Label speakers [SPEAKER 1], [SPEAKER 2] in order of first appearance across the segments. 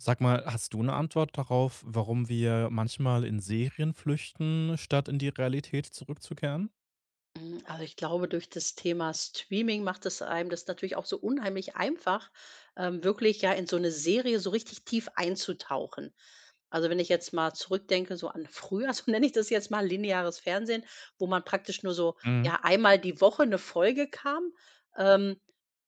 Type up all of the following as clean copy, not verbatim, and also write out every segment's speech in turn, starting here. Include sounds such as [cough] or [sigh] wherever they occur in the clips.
[SPEAKER 1] Sag mal, hast du eine Antwort darauf, warum wir manchmal in Serien flüchten, statt in die Realität zurückzukehren?
[SPEAKER 2] Also, ich glaube, durch das Thema Streaming macht es einem das natürlich auch so unheimlich einfach, wirklich ja in so eine Serie so richtig tief einzutauchen. Also, wenn ich jetzt mal zurückdenke, so an früher, [laughs] so nenne ich das jetzt mal, lineares Fernsehen, wo man praktisch nur so,
[SPEAKER 1] Mhm.
[SPEAKER 2] ja, einmal die Woche eine Folge kam. Ähm,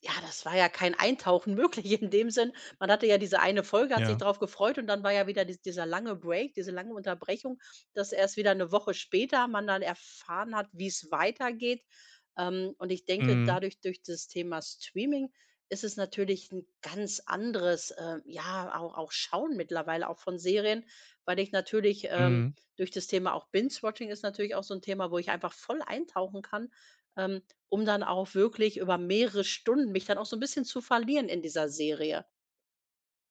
[SPEAKER 2] ja, das war ja kein Eintauchen [laughs] möglich in dem Sinn. Man hatte ja diese eine Folge, hat sich
[SPEAKER 1] Ja.
[SPEAKER 2] drauf gefreut und dann war ja wieder dieser lange Break, diese lange Unterbrechung, dass erst wieder eine Woche später man dann erfahren hat, wie es weitergeht. Und ich denke,
[SPEAKER 1] Mhm.
[SPEAKER 2] dadurch durch das Thema Streaming ist es natürlich ein ganz anderes, ja, auch Schauen mittlerweile auch von Serien, weil ich natürlich,
[SPEAKER 1] Mhm.
[SPEAKER 2] durch das Thema auch Binge-Watching ist natürlich auch so ein Thema, wo ich einfach voll eintauchen kann, um dann auch wirklich über mehrere Stunden mich dann auch so ein bisschen zu verlieren in dieser Serie.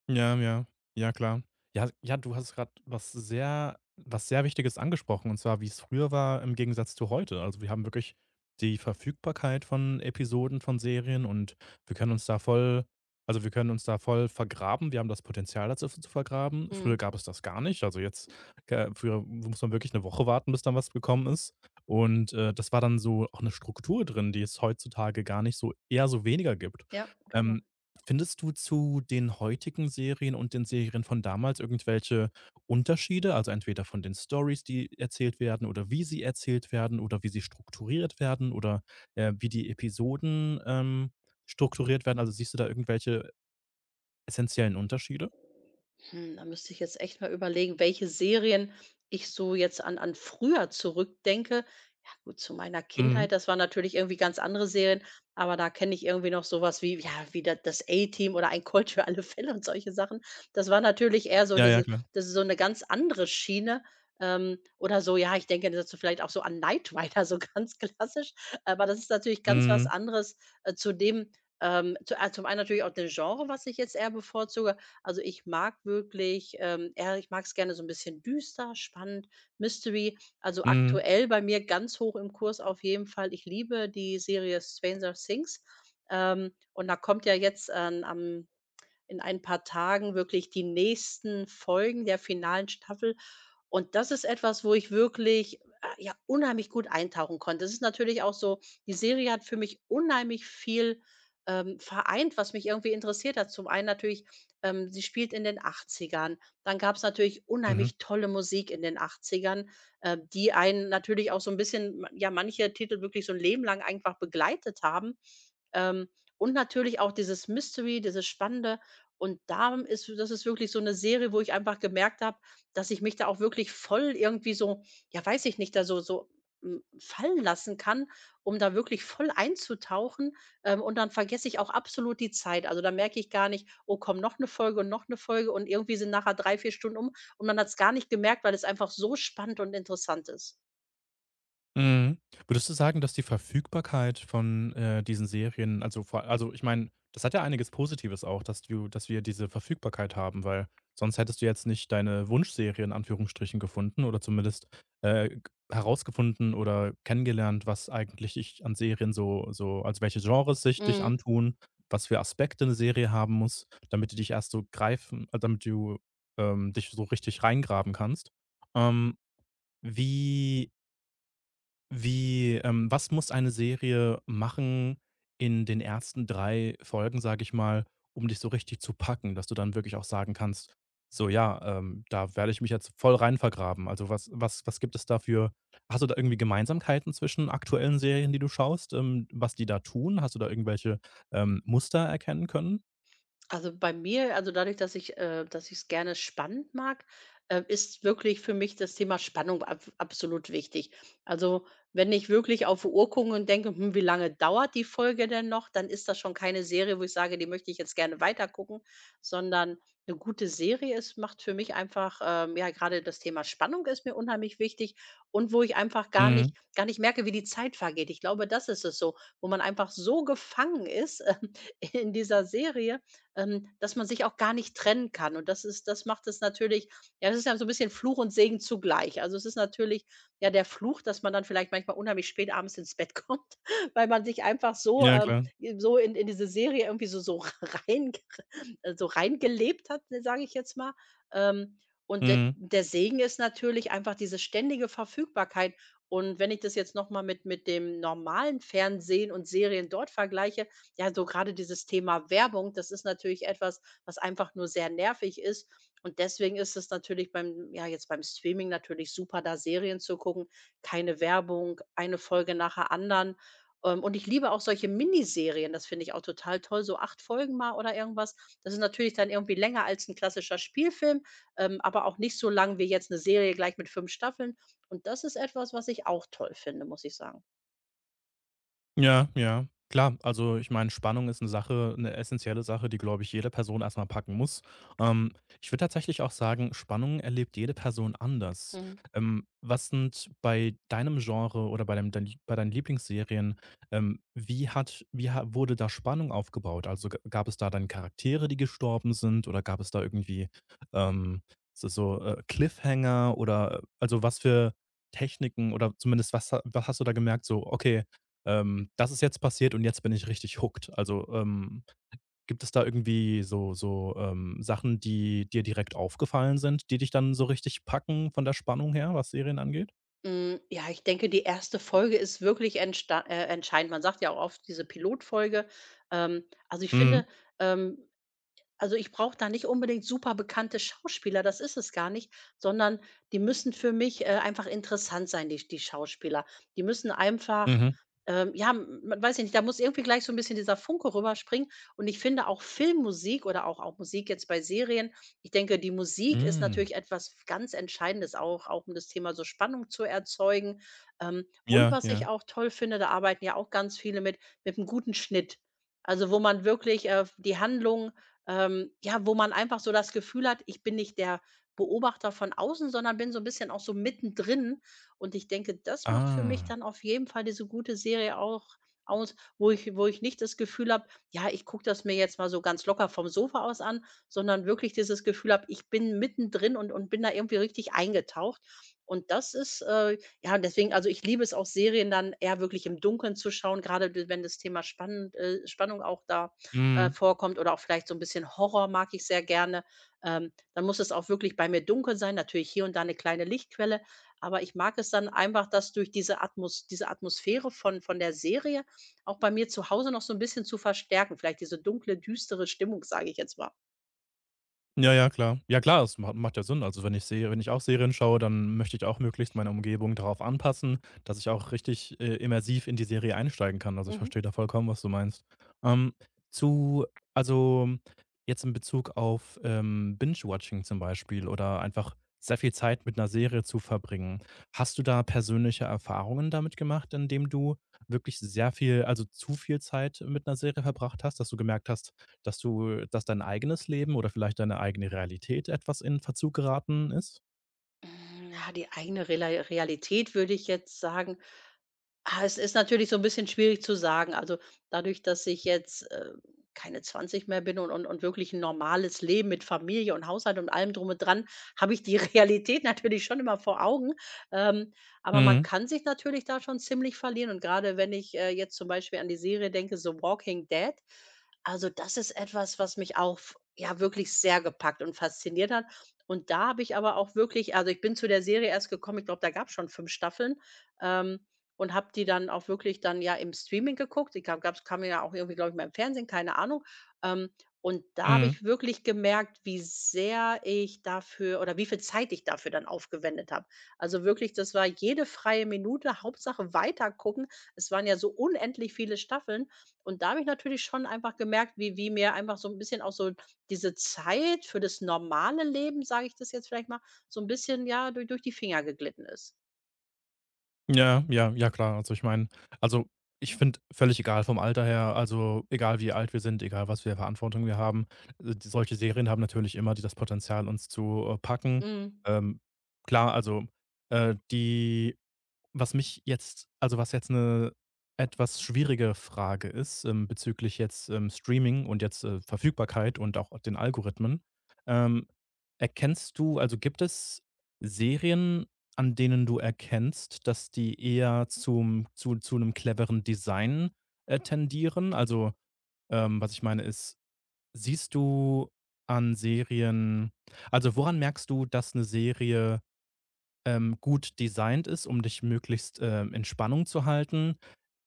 [SPEAKER 1] Ja, ja. Ja, klar. Ja, ja, du hast gerade was sehr Wichtiges angesprochen, und zwar, wie es früher war im Gegensatz zu heute. Also, wir haben wirklich die Verfügbarkeit von Episoden, von Serien und wir können uns da voll wir können uns da voll vergraben. Wir haben das Potenzial dazu zu vergraben.
[SPEAKER 2] Mhm.
[SPEAKER 1] Früher gab es das gar nicht. Also, jetzt früher muss man wirklich eine Woche warten, bis dann was gekommen ist. Und, das war dann so auch eine Struktur drin, die es heutzutage gar nicht so eher so weniger gibt.
[SPEAKER 2] Ja, genau.
[SPEAKER 1] Ähm, Findest du zu den heutigen Serien und den Serien von damals irgendwelche Unterschiede? Also, entweder von den Stories, die erzählt werden oder wie sie erzählt werden oder wie sie strukturiert werden oder, wie die Episoden, strukturiert werden? Also, siehst du da irgendwelche essentiellen Unterschiede?
[SPEAKER 2] Da müsste ich jetzt echt mal überlegen, welche Serien ich so jetzt an früher zurückdenke. Ja gut, zu meiner
[SPEAKER 1] Mhm.
[SPEAKER 2] Kindheit, das waren natürlich irgendwie ganz andere Serien, aber da kenne ich irgendwie noch sowas wie ja, wie da das A-Team oder Ein Colt für alle Fälle und solche Sachen. Das war natürlich eher so
[SPEAKER 1] Ja, ja,
[SPEAKER 2] diese,
[SPEAKER 1] klar.
[SPEAKER 2] das ist so eine ganz andere Schiene, oder so ja, ich denke dazu vielleicht auch so an Knight Rider, [laughs] so ganz klassisch, aber das ist natürlich ganz was
[SPEAKER 1] Mhm.
[SPEAKER 2] anderes, zu dem zu ah, zum einen natürlich auch den Genre, was ich jetzt eher bevorzuge, also, ich mag wirklich, ja, ich mag's gerne so ein bisschen düster, spannend, Mystery. Also,
[SPEAKER 1] Mhm.
[SPEAKER 2] aktuell bei mir ganz hoch im Kurs auf jeden Fall, ich liebe die Serie Stranger Things, und da kommt ja jetzt, am in ein paar Tagen wirklich die nächsten Folgen der finalen Staffel. Und das ist etwas, wo ich wirklich, ja, unheimlich gut eintauchen konnte. Es ist natürlich auch so, die Serie hat für mich unheimlich viel, vereint, was mich irgendwie interessiert hat. Zum einen natürlich, sie spielt in den 80ern, dann gab es natürlich
[SPEAKER 1] Mhm.
[SPEAKER 2] unheimlich tolle Musik in den 80ern, die einen natürlich auch so ein bisschen, ja, manche Titel wirklich so ein Leben lang einfach begleitet haben. Ähm, und natürlich auch dieses Mystery, dieses Spannende, und da ist, das ist wirklich so eine Serie, wo ich einfach gemerkt habe, dass ich mich da auch wirklich voll irgendwie so, ja, weiß ich nicht, da so so, fallen lassen kann, um da wirklich voll einzutauchen. Und dann vergesse ich auch absolut die Zeit. Also, da merke ich gar nicht: „Oh komm, noch eine Folge und noch eine Folge", und irgendwie sind nachher 3 4 Stunden um und man hat es gar nicht gemerkt, weil es einfach so spannend und interessant ist.
[SPEAKER 1] Mhm. Würdest du sagen, dass die Verfügbarkeit von, diesen Serien ich meine, das hat ja einiges Positives auch, dass du dass wir diese Verfügbarkeit haben, weil sonst hättest du jetzt nicht deine Wunschserie in Anführungsstrichen gefunden oder zumindest, g herausgefunden oder kennengelernt, was eigentlich ich an Serien welche Genres sich dich
[SPEAKER 2] Mhm.
[SPEAKER 1] antun, was für Aspekte eine Serie haben muss, damit die dich erst so greifen damit du, dich so richtig reingraben kannst. Ähm, wie wie was muss eine Serie machen in den ersten 3 Folgen, sage ich mal, um dich so richtig zu packen, dass du dann wirklich auch sagen kannst: „So ja, da werde ich mich jetzt voll rein vergraben.“ Also, was gibt es dafür? Hast du da irgendwie Gemeinsamkeiten zwischen aktuellen Serien, die du schaust, was die da tun? Hast du da irgendwelche, Muster erkennen können?
[SPEAKER 2] Also, bei mir, also, dadurch, dass ich es gerne spannend mag, ist wirklich für mich das Thema Spannung ab absolut wichtig. Also, wenn ich wirklich auf urkungen und denke: Wie lange dauert die Folge denn noch?", dann ist das schon keine Serie, wo ich sage: „Die möchte ich jetzt gerne weitergucken", sondern eine gute Serie ist macht für mich einfach, ja, gerade das Thema Spannung ist mir unheimlich wichtig und wo ich einfach gar
[SPEAKER 1] Mhm.
[SPEAKER 2] nicht gar nicht merke, wie die Zeit vergeht. Ich glaube, das ist es so, wo man einfach so gefangen ist, [laughs] in dieser Serie, dass man sich auch gar nicht trennen kann. Und das macht es natürlich, ja, das ist ja so ein bisschen Fluch und Segen zugleich. Also, es ist natürlich, ja, der Fluch, dass man dann vielleicht manchmal unheimlich spät abends ins Bett kommt, [laughs] weil man sich einfach so,
[SPEAKER 1] Ja, klar.
[SPEAKER 2] so in diese Serie irgendwie so so [laughs] rein reingelebt hat, ne, sage ich jetzt mal. Ähm, und de
[SPEAKER 1] Mhm.
[SPEAKER 2] der Segen ist natürlich einfach diese ständige Verfügbarkeit. Und wenn ich das jetzt noch mal mit dem normalen Fernsehen und Serien dort vergleiche, ja, so gerade dieses Thema Werbung, das ist natürlich etwas, was einfach nur sehr nervig ist. Und deswegen ist es natürlich beim, ja, jetzt beim Streaming natürlich super, da Serien zu gucken. Keine Werbung, eine Folge nach der anderen. Und ich liebe auch solche Miniserien, das finde ich auch total toll, so 8 Folgen mal oder irgendwas. Das ist natürlich dann irgendwie länger als ein klassischer Spielfilm, aber auch nicht so lang wie jetzt eine Serie gleich mit 5 Staffeln. Und das ist etwas, was ich auch toll finde, muss ich sagen.
[SPEAKER 1] Ja, ja. Klar, also ich meine, Spannung ist eine essentielle Sache, die, glaube ich, jede Person erstmal packen muss. Ähm, Ich würde tatsächlich auch sagen, Spannung erlebt jede Person anders.
[SPEAKER 2] Mhm.
[SPEAKER 1] Was sind bei deinem Genre oder bei deinem dein bei deinen Lieblingsserien, wie hat wie ha wurde da Spannung aufgebaut? Also, ga gab es da dann Charaktere, die gestorben sind oder gab es da irgendwie, ähm, Cliffhanger oder also was für Techniken oder zumindest was hast du da gemerkt, so: „Okay, das ist jetzt passiert und jetzt bin ich richtig hooked.“ Also, gibt es da irgendwie Sachen, die dir direkt aufgefallen sind, die dich dann so richtig packen von der Spannung her, was Serien angeht?
[SPEAKER 2] Ja, ich denke, die erste Folge ist wirklich entsta entscheidend. Man sagt ja auch oft diese Pilotfolge. Also, ich
[SPEAKER 1] Mhm.
[SPEAKER 2] finde, ähm also, ich brauche da nicht unbedingt super bekannte Schauspieler, das ist es gar nicht, sondern die müssen für mich, einfach interessant sein, die Schauspieler. Die müssen einfach,
[SPEAKER 1] Mhm.
[SPEAKER 2] ja, m m weiß ich nicht, da muss irgendwie gleich so ein bisschen dieser Funke rüberspringen. Und ich finde auch Filmmusik oder auch Musik jetzt bei Serien, ich denke, die Musik ist
[SPEAKER 1] Mhm.
[SPEAKER 2] natürlich etwas ganz Entscheidendes, auch um das Thema so Spannung zu erzeugen. Und
[SPEAKER 1] Ja,
[SPEAKER 2] was ich
[SPEAKER 1] ja.
[SPEAKER 2] auch toll finde, da arbeiten ja auch ganz viele mit einem guten Schnitt. Also, wo man wirklich, die Handlung, ja, wo man einfach so das Gefühl hat, ich bin nicht der Beobachter von außen, sondern bin so ein bisschen auch so mittendrin. Und ich denke, das macht für mich
[SPEAKER 1] Ah.
[SPEAKER 2] dann auf jeden Fall diese gute Serie auch aus, wo ich nicht das Gefühl habe: „Ja, ich gucke das mir jetzt mal so ganz locker vom Sofa aus an", sondern wirklich dieses Gefühl habe, ich bin mittendrin und bin da irgendwie richtig eingetaucht. Und das ist, ja, deswegen, also, ich liebe es auch, Serien dann eher wirklich im Dunkeln zu schauen, gerade wenn das Thema spannend Spannung auch da
[SPEAKER 1] Mhm.
[SPEAKER 2] vorkommt, oder auch vielleicht so ein bisschen Horror mag ich sehr gerne. Dann muss es auch wirklich bei mir dunkel sein, natürlich hier und da eine kleine Lichtquelle, aber ich mag es dann einfach, dass durch diese Atmosphäre von der Serie auch bei mir zu Hause noch so ein bisschen zu verstärken, vielleicht diese dunkle, düstere Stimmung, sage ich jetzt mal.
[SPEAKER 1] Ja, ja, klar. Ja klar, es ma macht ja Sinn. Also, wenn ich auch Serien schaue, dann möchte ich auch möglichst meine Umgebung darauf anpassen, dass ich auch richtig, immersiv in die Serie einsteigen kann. Also, ich
[SPEAKER 2] Mhm.
[SPEAKER 1] verstehe da vollkommen, was du meinst. Ähm, zu also, jetzt in Bezug auf, Binge-Watching zum Beispiel oder einfach sehr viel Zeit mit einer Serie zu verbringen. Hast du da persönliche Erfahrungen damit gemacht, indem du wirklich sehr viel also, zu viel Zeit mit einer Serie verbracht hast, dass du gemerkt hast: dass dein eigenes Leben oder vielleicht deine eigene Realität etwas in Verzug geraten ist?
[SPEAKER 2] Ja, die eigene Rela Realität würde ich jetzt sagen. Es ist natürlich so ein bisschen schwierig zu sagen. Also, dadurch, dass ich jetzt, keine 20 mehr bin, und und wirklich ein normales Leben mit Familie und Haushalt und allem drum und dran, [laughs] habe ich die [laughs] Realität natürlich schon immer vor Augen. Ähm, aber man
[SPEAKER 1] Mhm,
[SPEAKER 2] kann sich natürlich da schon ziemlich verlieren, und gerade wenn ich, jetzt zum Beispiel an die Serie denke, „The Walking Dead", also, das ist etwas, was mich auch f ja, wirklich sehr gepackt und fasziniert hat. Und da habe ich aber auch wirklich, also, ich bin zu der Serie erst gekommen, ich glaube, da gab's schon 5 Staffeln, ähm, und habe die dann auch wirklich dann ja im Streaming geguckt. Ich glaube, es kam gab's, kamen ja auch irgendwie, glaube ich, mal im Fernsehen, keine Ahnung. Ähm, und da habe
[SPEAKER 1] mhm.
[SPEAKER 2] ich wirklich gemerkt, wie sehr ich dafür oder wie viel Zeit ich dafür dann aufgewendet habe. Also wirklich, das war jede freie Minute, Hauptsache weitergucken. Es waren ja so unendlich viele Staffeln. Und da habe ich natürlich schon einfach gemerkt, wie mir einfach so ein bisschen auch so diese Zeit für das normale Leben, sage ich das jetzt vielleicht mal, so ein bisschen, ja, durch die Finger geglitten ist.
[SPEAKER 1] Ja, ja, ja klar. Also, ich finde, völlig egal vom Alter her, also, egal wie alt wir sind, egal was für Verantwortung wir haben, d solche Serien haben natürlich immer die das Potenzial, uns zu, packen.
[SPEAKER 2] Mm.
[SPEAKER 1] Ähm, klar, also, die was mich jetzt was jetzt eine etwas schwierige Frage ist, bezüglich jetzt, Streaming und jetzt, Verfügbarkeit und auch den Algorithmen. Ähm, erkennst du gibt es Serien, an denen du erkennst, dass die eher zum zu einem cleveren Design, tendieren? Also, was ich meine ist, siehst du an Serien woran merkst du, dass eine Serie gut designt ist, um dich möglichst, in Spannung zu halten,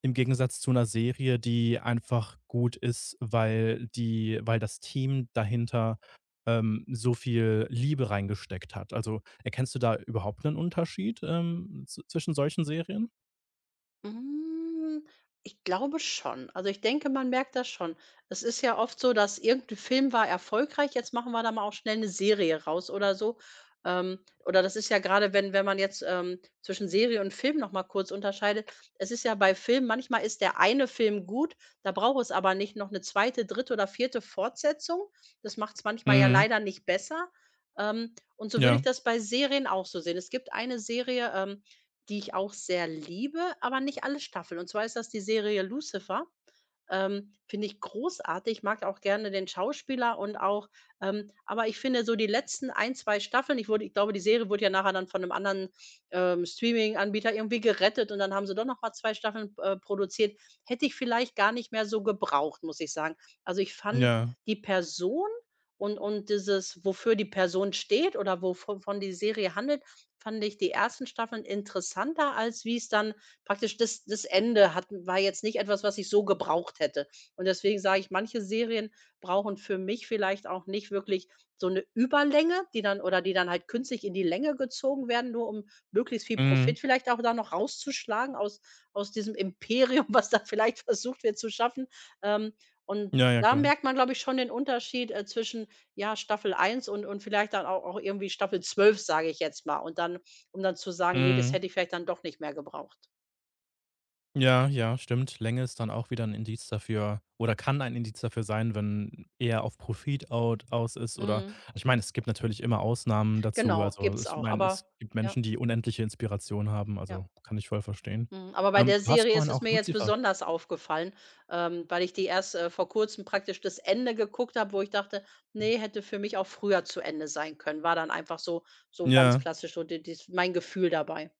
[SPEAKER 1] im Gegensatz zu einer Serie, die einfach gut ist, weil die weil das Team dahinter, so viel Liebe reingesteckt hat. Also, erkennst du da überhaupt einen Unterschied, z zwischen solchen Serien?
[SPEAKER 2] Hm, Ich glaube schon. Also, ich denke, man merkt das schon. Es ist ja oft so, dass irgendein Film war erfolgreich, jetzt machen wir da mal auch schnell eine Serie raus oder so. Ähm, oder das ist ja gerade, wenn man jetzt, zwischen Serie und Film noch mal kurz unterscheidet. Es ist ja bei Filmen, manchmal ist der eine Film gut, da braucht es aber nicht noch eine zweite, dritte oder vierte Fortsetzung. Das macht es manchmal ja
[SPEAKER 1] Mhm.
[SPEAKER 2] leider nicht besser. Und so würde
[SPEAKER 1] Ja,
[SPEAKER 2] ich das bei Serien auch so sehen. Es gibt eine Serie, die ich auch sehr liebe, aber nicht alle Staffeln. Und zwar ist das die Serie Lucifer. Finde ich großartig, mag auch gerne den Schauspieler und auch, aber ich finde so die letzten ein 2 Staffeln, ich glaube, die Serie wurde ja nachher dann von einem anderen, ähm, Anbieter irgendwie gerettet und dann haben sie doch noch mal 2 Staffeln, produziert. Hätte ich vielleicht gar nicht mehr so gebraucht, muss ich sagen. Also, ich fand
[SPEAKER 1] ja.
[SPEAKER 2] die Person und dieses, wofür die Person steht oder wovon von die Serie handelt, fand ich die ersten Staffeln interessanter, als wie es dann praktisch das Ende hat, war jetzt nicht etwas, was ich so gebraucht hätte. Und deswegen sage ich, manche Serien brauchen für mich vielleicht auch nicht wirklich so eine Überlänge, die dann, oder die dann halt künstlich in die Länge gezogen werden, nur um möglichst viel
[SPEAKER 1] Mhm.
[SPEAKER 2] Profit vielleicht auch da noch rauszuschlagen aus diesem Imperium, [laughs] was da vielleicht versucht wird zu schaffen. Ähm, und
[SPEAKER 1] Ja, ja,
[SPEAKER 2] da
[SPEAKER 1] klar.
[SPEAKER 2] merkt man, glaube ich, schon den Unterschied, zwischen, ja, Staffel eins und vielleicht dann auch irgendwie Staffel 12, sage ich jetzt mal. Und dann, um dann zu sagen: „Nee, das
[SPEAKER 1] Mhm.
[SPEAKER 2] hätte ich vielleicht dann doch nicht mehr gebraucht."
[SPEAKER 1] Ja, ja, stimmt. Länge ist dann auch wieder ein Indiz dafür oder kann ein Indiz dafür sein, wenn eher auf Profit out aus ist oder
[SPEAKER 2] Mhm.
[SPEAKER 1] also ich meine, es gibt natürlich immer Ausnahmen dazu.
[SPEAKER 2] Genau,
[SPEAKER 1] Also,
[SPEAKER 2] gibt's
[SPEAKER 1] ich
[SPEAKER 2] auch,
[SPEAKER 1] meine, es
[SPEAKER 2] aber
[SPEAKER 1] gibt
[SPEAKER 2] ja,
[SPEAKER 1] Menschen, die unendliche Inspiration haben,
[SPEAKER 2] ja.
[SPEAKER 1] also, kann ich voll verstehen.
[SPEAKER 2] Mhm, aber bei der
[SPEAKER 1] Du hast
[SPEAKER 2] Serie ist
[SPEAKER 1] vorhin
[SPEAKER 2] es
[SPEAKER 1] auch
[SPEAKER 2] mir jetzt
[SPEAKER 1] Lucifer.
[SPEAKER 2] besonders aufgefallen, weil ich die erst, vor Kurzem praktisch das Ende geguckt habe, wo ich dachte: „Nee, hätte für mich auch früher zu Ende sein können." War dann einfach so, so ganz
[SPEAKER 1] Ja.
[SPEAKER 2] klassisch so die dies mein Gefühl dabei.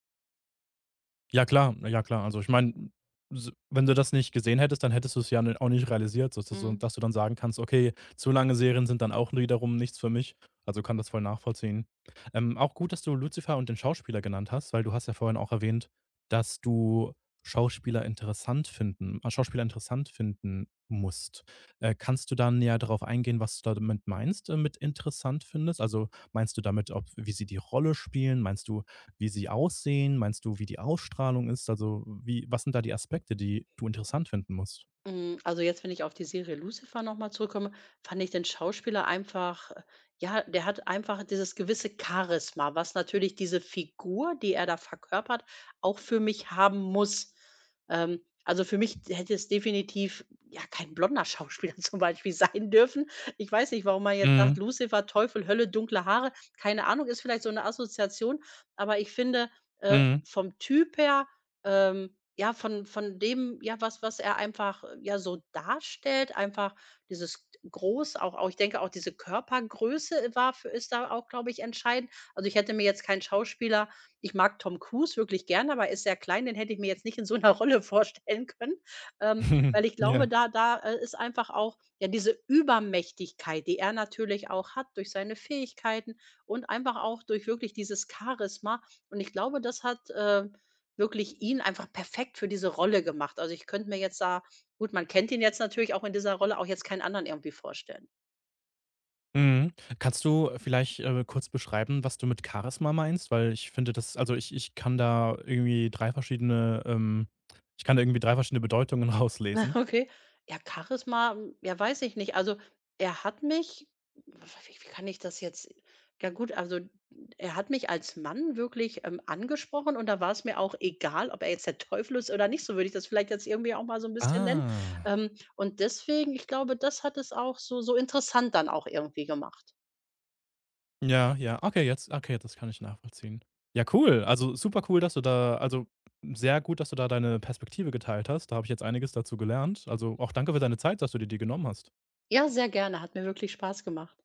[SPEAKER 1] Ja klar, ja klar. Also ich meine, s wenn du das nicht gesehen hättest, dann hättest du es ja n auch nicht realisiert, so,
[SPEAKER 2] Mhm.
[SPEAKER 1] dass du dann sagen kannst: „Okay, zu lange Serien sind dann auch wiederum nichts für mich.“ Also, kann das voll nachvollziehen. Auch gut, dass du Lucifer und den Schauspieler genannt hast, weil du hast ja vorhin auch erwähnt, dass du Schauspieler interessant finden musst. Kannst du da näher darauf eingehen, was du damit meinst, mit interessant findest? Also, meinst du damit, ob wie sie die Rolle spielen? Meinst du, wie sie aussehen? Meinst du, wie die Ausstrahlung ist? Also, wie was sind da die Aspekte, die du interessant finden musst?
[SPEAKER 2] Also jetzt, wenn ich auf die Serie Lucifer nochmal zurückkomme, fand ich den Schauspieler einfach, ja, der hat einfach dieses gewisse Charisma, was natürlich diese Figur, die er da verkörpert, auch für mich haben muss. Also für mich hätte es definitiv, ja, kein blonder Schauspieler [laughs] zum Beispiel sein dürfen. Ich weiß nicht, warum man jetzt sagt,
[SPEAKER 1] Mhm,
[SPEAKER 2] Lucifer, Teufel, Hölle, dunkle Haare. Keine Ahnung, ist vielleicht so eine Assoziation, aber ich finde,
[SPEAKER 1] mhm.
[SPEAKER 2] vom Typ her, ähm ja, von dem, ja, was er einfach, ja, so darstellt, einfach dieses groß, auch ich denke auch diese Körpergröße war für ist da auch, glaube ich, entscheidend. Also, ich hätte mir jetzt keinen Schauspieler, ich mag Tom Cruise wirklich gerne, aber er ist sehr klein, den hätte ich mir jetzt nicht in so einer [laughs] Rolle vorstellen können, ähm, weil
[SPEAKER 1] [laughs]
[SPEAKER 2] ich glaube,
[SPEAKER 1] Ja,
[SPEAKER 2] da ist einfach auch, ja, diese Übermächtigkeit, die er natürlich auch hat durch seine Fähigkeiten und einfach auch durch wirklich dieses Charisma. Und ich glaube, das hat, wirklich ihn einfach perfekt für diese Rolle gemacht. Also, ich könnte mir jetzt da, gut, man kennt ihn jetzt natürlich auch in dieser Rolle, auch jetzt keinen anderen irgendwie vorstellen.
[SPEAKER 1] mhm. Kannst du vielleicht, kurz beschreiben, was du mit Charisma meinst? Weil ich finde das ich kann da irgendwie 3 verschiedene, ich kann da irgendwie 3 verschiedene Bedeutungen [laughs]
[SPEAKER 2] [laughs]
[SPEAKER 1] rauslesen.
[SPEAKER 2] Okay. Ja, Charisma, ja, weiß ich nicht. Also, er hat mich, wie wie kann ich das jetzt, ja gut, also, er hat mich als Mann wirklich, angesprochen und da war es mir auch egal, ob er jetzt der Teufel ist oder nicht, so würde ich das vielleicht jetzt irgendwie auch mal so ein bisschen nennen.
[SPEAKER 1] Ah.
[SPEAKER 2] Ähm, und deswegen, ich glaube, das hat es auch so so interessant dann auch irgendwie gemacht.
[SPEAKER 1] Ja, ja. Okay, das kann ich nachvollziehen. Ja, cool. Also, super cool, dass du da also, sehr gut, dass du da deine Perspektive geteilt hast. Da habe ich jetzt einiges dazu gelernt. Also, auch danke für deine Zeit, dass du dir die genommen hast.
[SPEAKER 2] Ja, sehr gerne, hat mir wirklich Spaß gemacht.